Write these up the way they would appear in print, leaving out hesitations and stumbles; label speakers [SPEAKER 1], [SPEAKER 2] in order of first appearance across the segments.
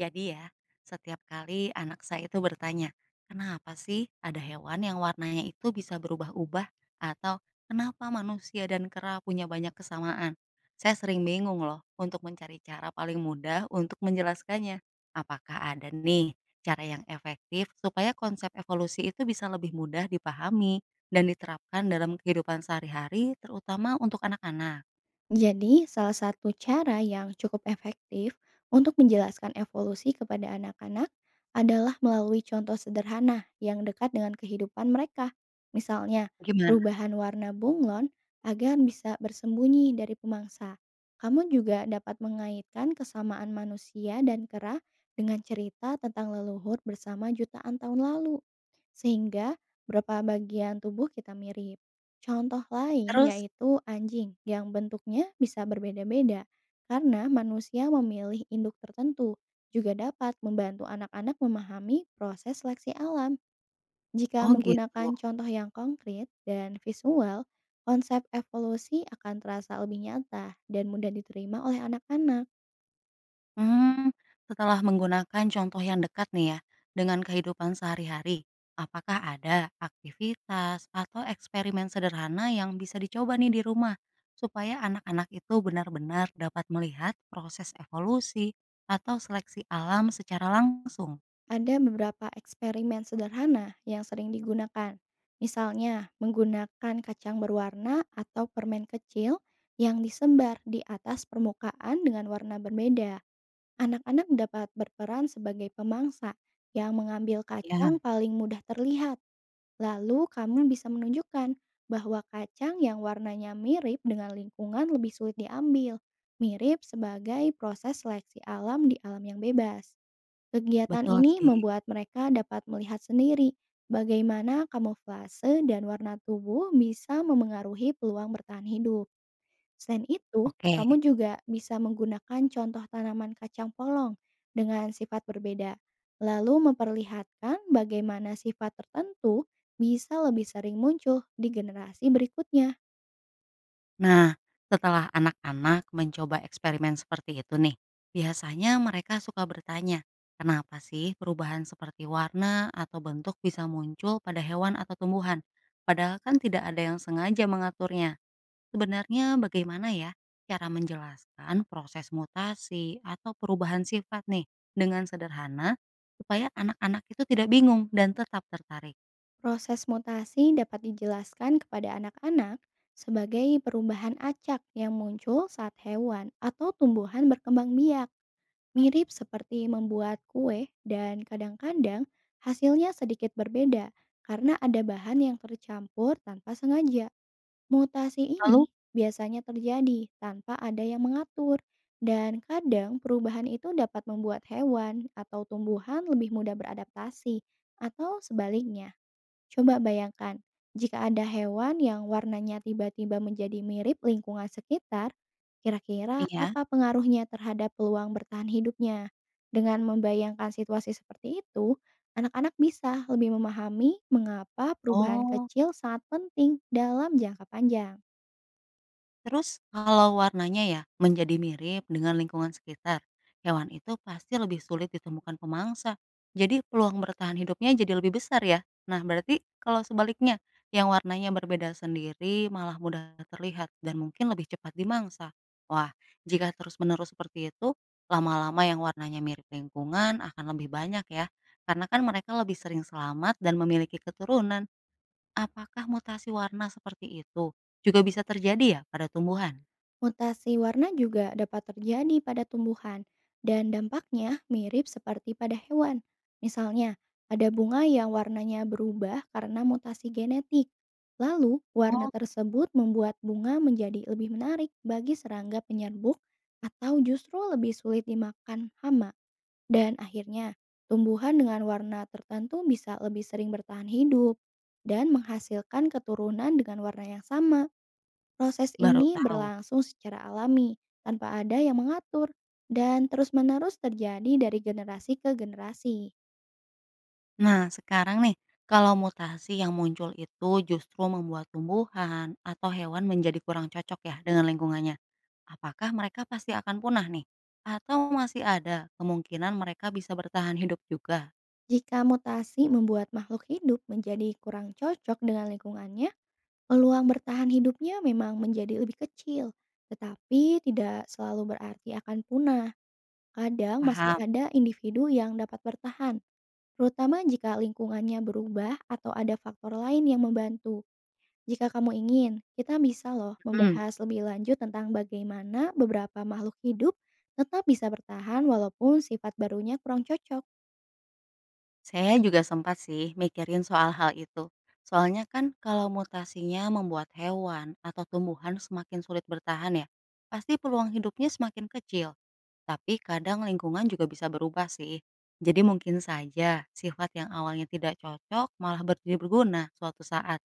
[SPEAKER 1] Jadi ya, setiap kali anak saya itu bertanya, kenapa sih ada hewan yang warnanya itu bisa berubah-ubah? Atau kenapa manusia dan kera punya banyak kesamaan? Saya sering bingung loh untuk mencari cara paling mudah untuk menjelaskannya. Apakah ada nih cara yang efektif supaya konsep evolusi itu bisa lebih mudah dipahami dan diterapkan dalam kehidupan sehari-hari terutama untuk anak-anak?
[SPEAKER 2] Jadi, salah satu cara yang cukup efektif untuk menjelaskan evolusi kepada anak-anak adalah melalui contoh sederhana yang dekat dengan kehidupan mereka. Misalnya,
[SPEAKER 1] Gimana?
[SPEAKER 2] perubahan warna bunglon agar bisa bersembunyi dari pemangsa. Kamu juga dapat mengaitkan kesamaan manusia dan kera dengan cerita tentang leluhur bersama jutaan tahun lalu sehingga beberapa bagian tubuh kita mirip. Contoh lain
[SPEAKER 1] Terus?
[SPEAKER 2] yaitu anjing yang bentuknya bisa berbeda-beda karena manusia memilih induk tertentu juga dapat membantu anak-anak memahami proses seleksi alam. Jika
[SPEAKER 1] Oh gitu.
[SPEAKER 2] menggunakan contoh yang konkret dan visual, konsep evolusi akan terasa lebih nyata dan mudah diterima oleh anak-anak.
[SPEAKER 1] Mmm, setelah menggunakan contoh yang dekat nih ya, dengan kehidupan sehari-hari, apakah ada aktivitas atau eksperimen sederhana yang bisa dicoba nih di rumah, supaya anak-anak itu benar-benar dapat melihat proses evolusi atau seleksi alam secara langsung?
[SPEAKER 2] Ada beberapa eksperimen sederhana yang sering digunakan. Misalnya, menggunakan kacang berwarna atau permen kecil yang disebar di atas permukaan dengan warna berbeda. Anak-anak dapat berperan sebagai pemangsa yang mengambil
[SPEAKER 1] Ya.
[SPEAKER 2] kacang paling mudah terlihat. Lalu, kamu bisa menunjukkan bahwa kacang yang warnanya mirip dengan lingkungan lebih sulit diambil. Mirip sebagai proses seleksi alam di alam yang bebas. Kegiatan
[SPEAKER 1] Betul
[SPEAKER 2] ini
[SPEAKER 1] sih.
[SPEAKER 2] membuat mereka dapat melihat sendiri bagaimana kamuflase dan warna tubuh bisa memengaruhi peluang bertahan hidup. Selain itu,
[SPEAKER 1] Oke.
[SPEAKER 2] kamu juga bisa menggunakan contoh tanaman kacang polong dengan sifat berbeda, lalu memperlihatkan bagaimana sifat tertentu bisa lebih sering muncul di generasi berikutnya.
[SPEAKER 1] Nah, setelah anak-anak mencoba eksperimen seperti itu nih, biasanya mereka suka bertanya, kenapa sih perubahan seperti warna atau bentuk bisa muncul pada hewan atau tumbuhan? Padahal kan tidak ada yang sengaja mengaturnya. Sebenarnya bagaimana ya cara menjelaskan proses mutasi atau perubahan sifat nih dengan sederhana supaya anak-anak itu tidak bingung dan tetap tertarik.
[SPEAKER 2] Proses mutasi dapat dijelaskan kepada anak-anak sebagai perubahan acak yang muncul saat hewan atau tumbuhan berkembang biak, mirip seperti membuat kue dan kadang-kadang hasilnya sedikit berbeda karena ada bahan yang tercampur tanpa sengaja. Mutasi
[SPEAKER 1] Lalu,
[SPEAKER 2] ini biasanya terjadi tanpa ada yang mengatur dan kadang perubahan itu dapat membuat hewan atau tumbuhan lebih mudah beradaptasi atau sebaliknya. Coba bayangkan, jika ada hewan yang warnanya tiba-tiba menjadi mirip lingkungan sekitar, kira-kira
[SPEAKER 1] iya,
[SPEAKER 2] apa pengaruhnya terhadap peluang bertahan hidupnya? Dengan membayangkan situasi seperti itu, anak-anak bisa lebih memahami mengapa perubahan
[SPEAKER 1] oh,
[SPEAKER 2] kecil sangat penting dalam jangka panjang.
[SPEAKER 1] terus kalau warnanya ya menjadi mirip dengan lingkungan sekitar, hewan itu pasti lebih sulit ditemukan pemangsa. Jadi peluang bertahan hidupnya jadi lebih besar ya. Nah berarti kalau sebaliknya, yang warnanya berbeda sendiri malah mudah terlihat dan mungkin lebih cepat dimangsa. Wah, jika terus-menerus seperti itu, lama-lama yang warnanya mirip lingkungan akan lebih banyak ya. Karena kan mereka lebih sering selamat dan memiliki keturunan. Apakah mutasi warna seperti itu juga bisa terjadi ya pada tumbuhan?
[SPEAKER 2] Mutasi warna juga dapat terjadi pada tumbuhan dan dampaknya mirip seperti pada hewan. Misalnya, ada bunga yang warnanya berubah karena mutasi genetik. Lalu,
[SPEAKER 1] Oh,
[SPEAKER 2] warna tersebut membuat bunga menjadi lebih menarik bagi serangga penyerbuk atau justru lebih sulit dimakan hama. Dan akhirnya, tumbuhan dengan warna tertentu bisa lebih sering bertahan hidup dan menghasilkan keturunan dengan warna yang sama. Proses
[SPEAKER 1] baru
[SPEAKER 2] ini
[SPEAKER 1] tahu.
[SPEAKER 2] berlangsung secara alami, tanpa ada yang mengatur, dan terus-menerus terjadi dari generasi ke generasi.
[SPEAKER 1] Nah, sekarang nih, kalau mutasi yang muncul itu justru membuat tumbuhan atau hewan menjadi kurang cocok ya dengan lingkungannya. Apakah mereka pasti akan punah nih? Atau masih ada kemungkinan mereka bisa bertahan hidup juga?
[SPEAKER 2] Jika mutasi membuat makhluk hidup menjadi kurang cocok dengan lingkungannya, peluang bertahan hidupnya memang menjadi lebih kecil, tetapi tidak selalu berarti akan punah. Kadang masih
[SPEAKER 1] Paham?
[SPEAKER 2] ada individu yang dapat bertahan, terutama jika lingkungannya berubah atau ada faktor lain yang membantu. Jika kamu ingin, kita bisa loh membahas lebih lanjut tentang bagaimana beberapa makhluk hidup tetap bisa bertahan walaupun sifat barunya kurang cocok.
[SPEAKER 1] Saya juga sempat sih mikirin soal hal itu. Soalnya kan kalau mutasinya membuat hewan atau tumbuhan semakin sulit bertahan ya, pasti peluang hidupnya semakin kecil. Tapi kadang lingkungan juga bisa berubah sih. Jadi mungkin saja sifat yang awalnya tidak cocok malah berjadi berguna suatu saat.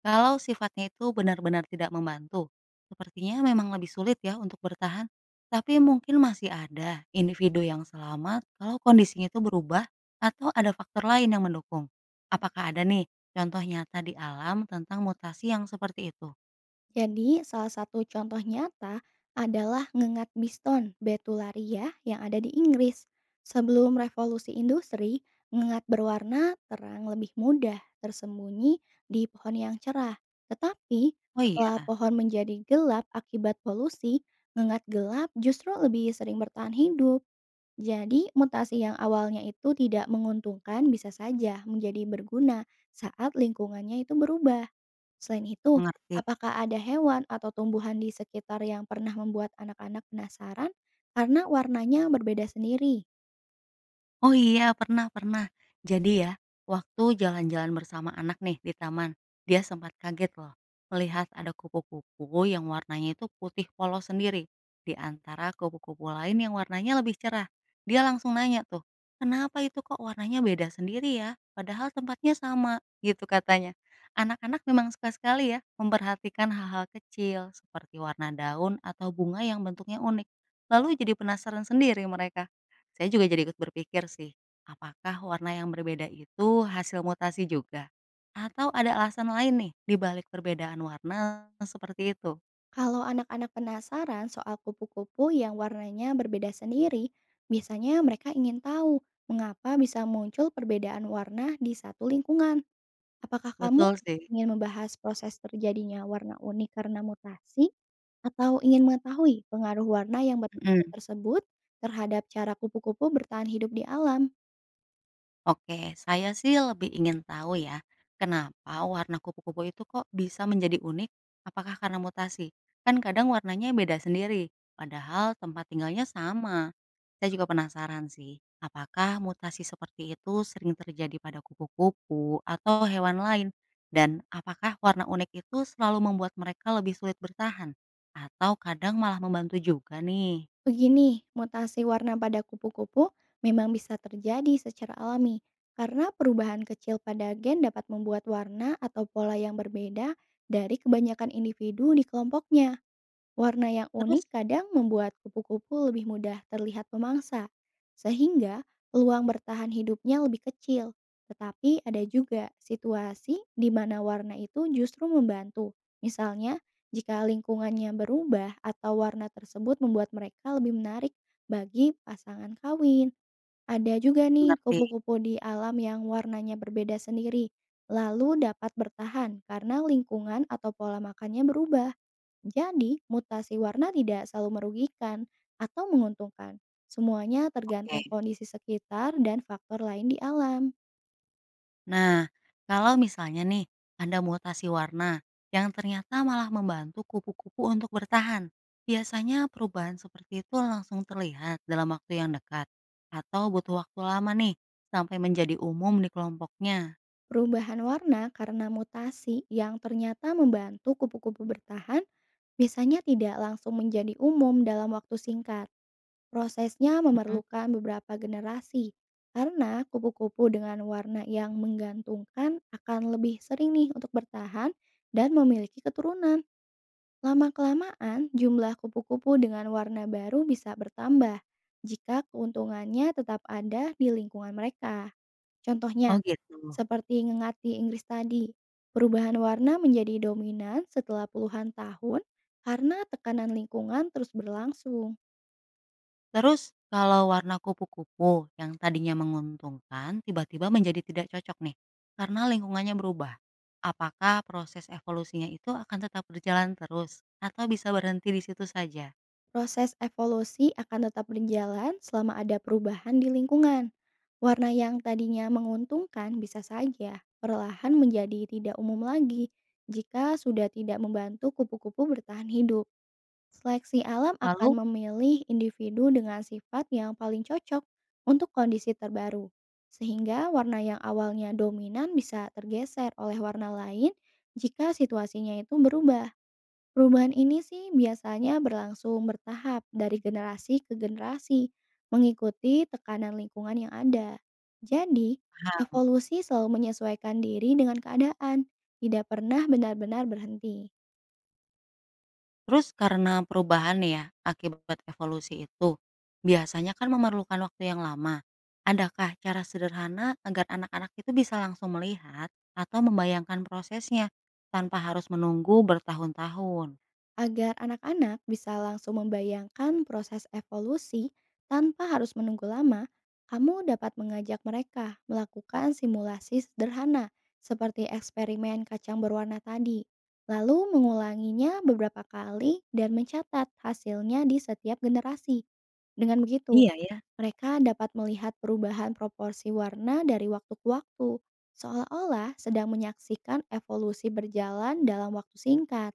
[SPEAKER 1] Kalau sifatnya itu benar-benar tidak membantu, sepertinya memang lebih sulit ya untuk bertahan. Tapi mungkin masih ada individu yang selamat kalau kondisinya itu berubah atau ada faktor lain yang mendukung. Apakah ada nih contoh nyata di alam tentang mutasi yang seperti itu?
[SPEAKER 2] Jadi, salah satu contoh nyata adalah ngengat biston betularia yang ada di Inggris. Sebelum revolusi industri, ngengat berwarna terang lebih mudah tersembunyi di pohon yang cerah. Tetapi,
[SPEAKER 1] Oh
[SPEAKER 2] setelah
[SPEAKER 1] iya,
[SPEAKER 2] pohon menjadi gelap akibat polusi, ngengat gelap justru lebih sering bertahan hidup. Jadi, mutasi yang awalnya itu tidak menguntungkan bisa saja menjadi berguna saat lingkungannya itu berubah. Selain itu,
[SPEAKER 1] mengerti.
[SPEAKER 2] apakah ada hewan atau tumbuhan di sekitar yang pernah membuat anak-anak penasaran karena warnanya berbeda sendiri?
[SPEAKER 1] Oh iya, pernah, pernah. Jadi ya, waktu jalan-jalan bersama anak nih di taman, dia sempat kaget loh melihat ada kupu-kupu yang warnanya itu putih polos sendiri di antara kupu-kupu lain yang warnanya lebih cerah. Dia langsung nanya tuh, "Kenapa itu kok warnanya beda sendiri ya? Padahal tempatnya sama." Gitu katanya. Anak-anak memang suka sekali ya memperhatikan hal-hal kecil seperti warna daun atau bunga yang bentuknya unik. Lalu jadi penasaran sendiri mereka. Saya juga jadi ikut berpikir sih, apakah warna yang berbeda itu hasil mutasi juga? Atau ada alasan lain nih di balik perbedaan warna seperti itu?
[SPEAKER 2] Kalau anak-anak penasaran soal kupu-kupu yang warnanya berbeda sendiri, biasanya mereka ingin tahu mengapa bisa muncul perbedaan warna di satu lingkungan. Apakah kamu
[SPEAKER 1] Betul sih.
[SPEAKER 2] ingin membahas proses terjadinya warna unik karena mutasi, atau ingin mengetahui pengaruh warna yang berbeda
[SPEAKER 1] Mhm.
[SPEAKER 2] tersebut terhadap cara kupu-kupu bertahan hidup di alam?
[SPEAKER 1] Oke, saya sih lebih ingin tahu ya, kenapa warna kupu-kupu itu kok bisa menjadi unik? Apakah karena mutasi? Kan kadang warnanya beda sendiri, padahal tempat tinggalnya sama. Saya juga penasaran sih, apakah mutasi seperti itu sering terjadi pada kupu-kupu atau hewan lain? Dan apakah warna unik itu selalu membuat mereka lebih sulit bertahan? Atau kadang malah membantu juga nih?
[SPEAKER 2] Begini, mutasi warna pada kupu-kupu memang bisa terjadi secara alami, karena perubahan kecil pada gen dapat membuat warna atau pola yang berbeda dari kebanyakan individu di kelompoknya. Warna yang
[SPEAKER 1] Terus,
[SPEAKER 2] unik kadang membuat kupu-kupu lebih mudah terlihat pemangsa, sehingga peluang bertahan hidupnya lebih kecil. Tetapi ada juga situasi di mana warna itu justru membantu. Misalnya, jika lingkungannya berubah atau warna tersebut membuat mereka lebih menarik bagi pasangan kawin. Ada juga nih
[SPEAKER 1] mengerti,
[SPEAKER 2] kupu-kupu di alam yang warnanya berbeda sendiri, lalu dapat bertahan karena lingkungan atau pola makannya berubah. Jadi, mutasi warna tidak selalu merugikan atau menguntungkan. Semuanya
[SPEAKER 1] oke.
[SPEAKER 2] tergantung kondisi sekitar dan faktor lain di alam.
[SPEAKER 1] Nah, kalau misalnya nih ada mutasi warna yang ternyata malah membantu kupu-kupu untuk bertahan, biasanya perubahan seperti itu langsung terlihat dalam waktu yang dekat atau butuh waktu lama nih sampai menjadi umum di kelompoknya.
[SPEAKER 2] Perubahan warna karena mutasi yang ternyata membantu kupu-kupu bertahan biasanya tidak langsung menjadi umum dalam waktu singkat. Prosesnya
[SPEAKER 1] Mhm.
[SPEAKER 2] memerlukan beberapa generasi karena kupu-kupu dengan warna yang menggantungkan akan lebih sering nih untuk bertahan dan memiliki keturunan. Lama-kelamaan, jumlah kupu-kupu dengan warna baru bisa bertambah jika keuntungannya tetap ada di lingkungan mereka.
[SPEAKER 1] Oh
[SPEAKER 2] Contohnya,
[SPEAKER 1] gitu.
[SPEAKER 2] seperti ngengat di Inggris tadi, perubahan warna menjadi dominan setelah puluhan tahun karena tekanan lingkungan terus berlangsung.
[SPEAKER 1] Terus kalau warna kupu-kupu yang tadinya menguntungkan tiba-tiba menjadi tidak cocok nih karena lingkungannya berubah. Apakah proses evolusinya itu akan tetap berjalan terus atau bisa berhenti di situ saja?
[SPEAKER 2] Proses evolusi akan tetap berjalan selama ada perubahan di lingkungan. Warna yang tadinya menguntungkan bisa saja perlahan menjadi tidak umum lagi jika sudah tidak membantu kupu-kupu bertahan hidup. Seleksi alam akan
[SPEAKER 1] Lalu,
[SPEAKER 2] memilih individu dengan sifat yang paling cocok untuk kondisi terbaru, sehingga warna yang awalnya dominan bisa tergeser oleh warna lain jika situasinya itu berubah. Perubahan ini sih biasanya berlangsung bertahap dari generasi ke generasi, mengikuti tekanan lingkungan yang ada. Jadi,
[SPEAKER 1] paham.
[SPEAKER 2] evolusi selalu menyesuaikan diri dengan keadaan, tidak pernah benar-benar berhenti.
[SPEAKER 1] Terus karena perubahan nih ya, akibat evolusi itu, biasanya kan memerlukan waktu yang lama. Adakah cara sederhana agar anak-anak itu bisa langsung melihat atau membayangkan prosesnya tanpa harus menunggu bertahun-tahun?
[SPEAKER 2] Agar anak-anak bisa langsung membayangkan proses evolusi tanpa harus menunggu lama, kamu dapat mengajak mereka melakukan simulasi sederhana seperti eksperimen kacang berwarna tadi, lalu mengulanginya beberapa kali dan mencatat hasilnya di setiap generasi. Dengan begitu,
[SPEAKER 1] Iya ya.
[SPEAKER 2] mereka dapat melihat perubahan proporsi warna dari waktu ke waktu, seolah-olah sedang menyaksikan evolusi berjalan dalam waktu singkat.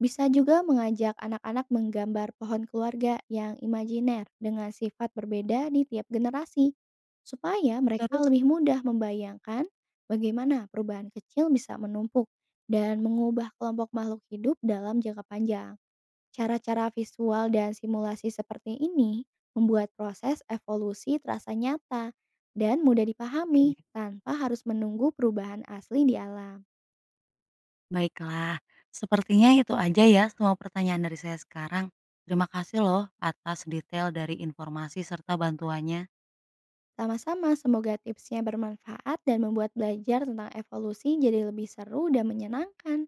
[SPEAKER 2] Bisa juga mengajak anak-anak menggambar pohon keluarga yang imajiner dengan sifat berbeda di tiap generasi, supaya mereka
[SPEAKER 1] Terus,
[SPEAKER 2] lebih mudah membayangkan bagaimana perubahan kecil bisa menumpuk dan mengubah kelompok makhluk hidup dalam jangka panjang. Cara-cara visual dan simulasi seperti ini membuat proses evolusi terasa nyata dan mudah dipahami tanpa harus menunggu perubahan asli di alam.
[SPEAKER 1] baiklah, sepertinya itu aja ya semua pertanyaan dari saya sekarang. Terima kasih loh atas detail dari informasi serta bantuannya.
[SPEAKER 2] Sama-sama, semoga tipsnya bermanfaat dan membuat belajar tentang evolusi jadi lebih seru dan menyenangkan.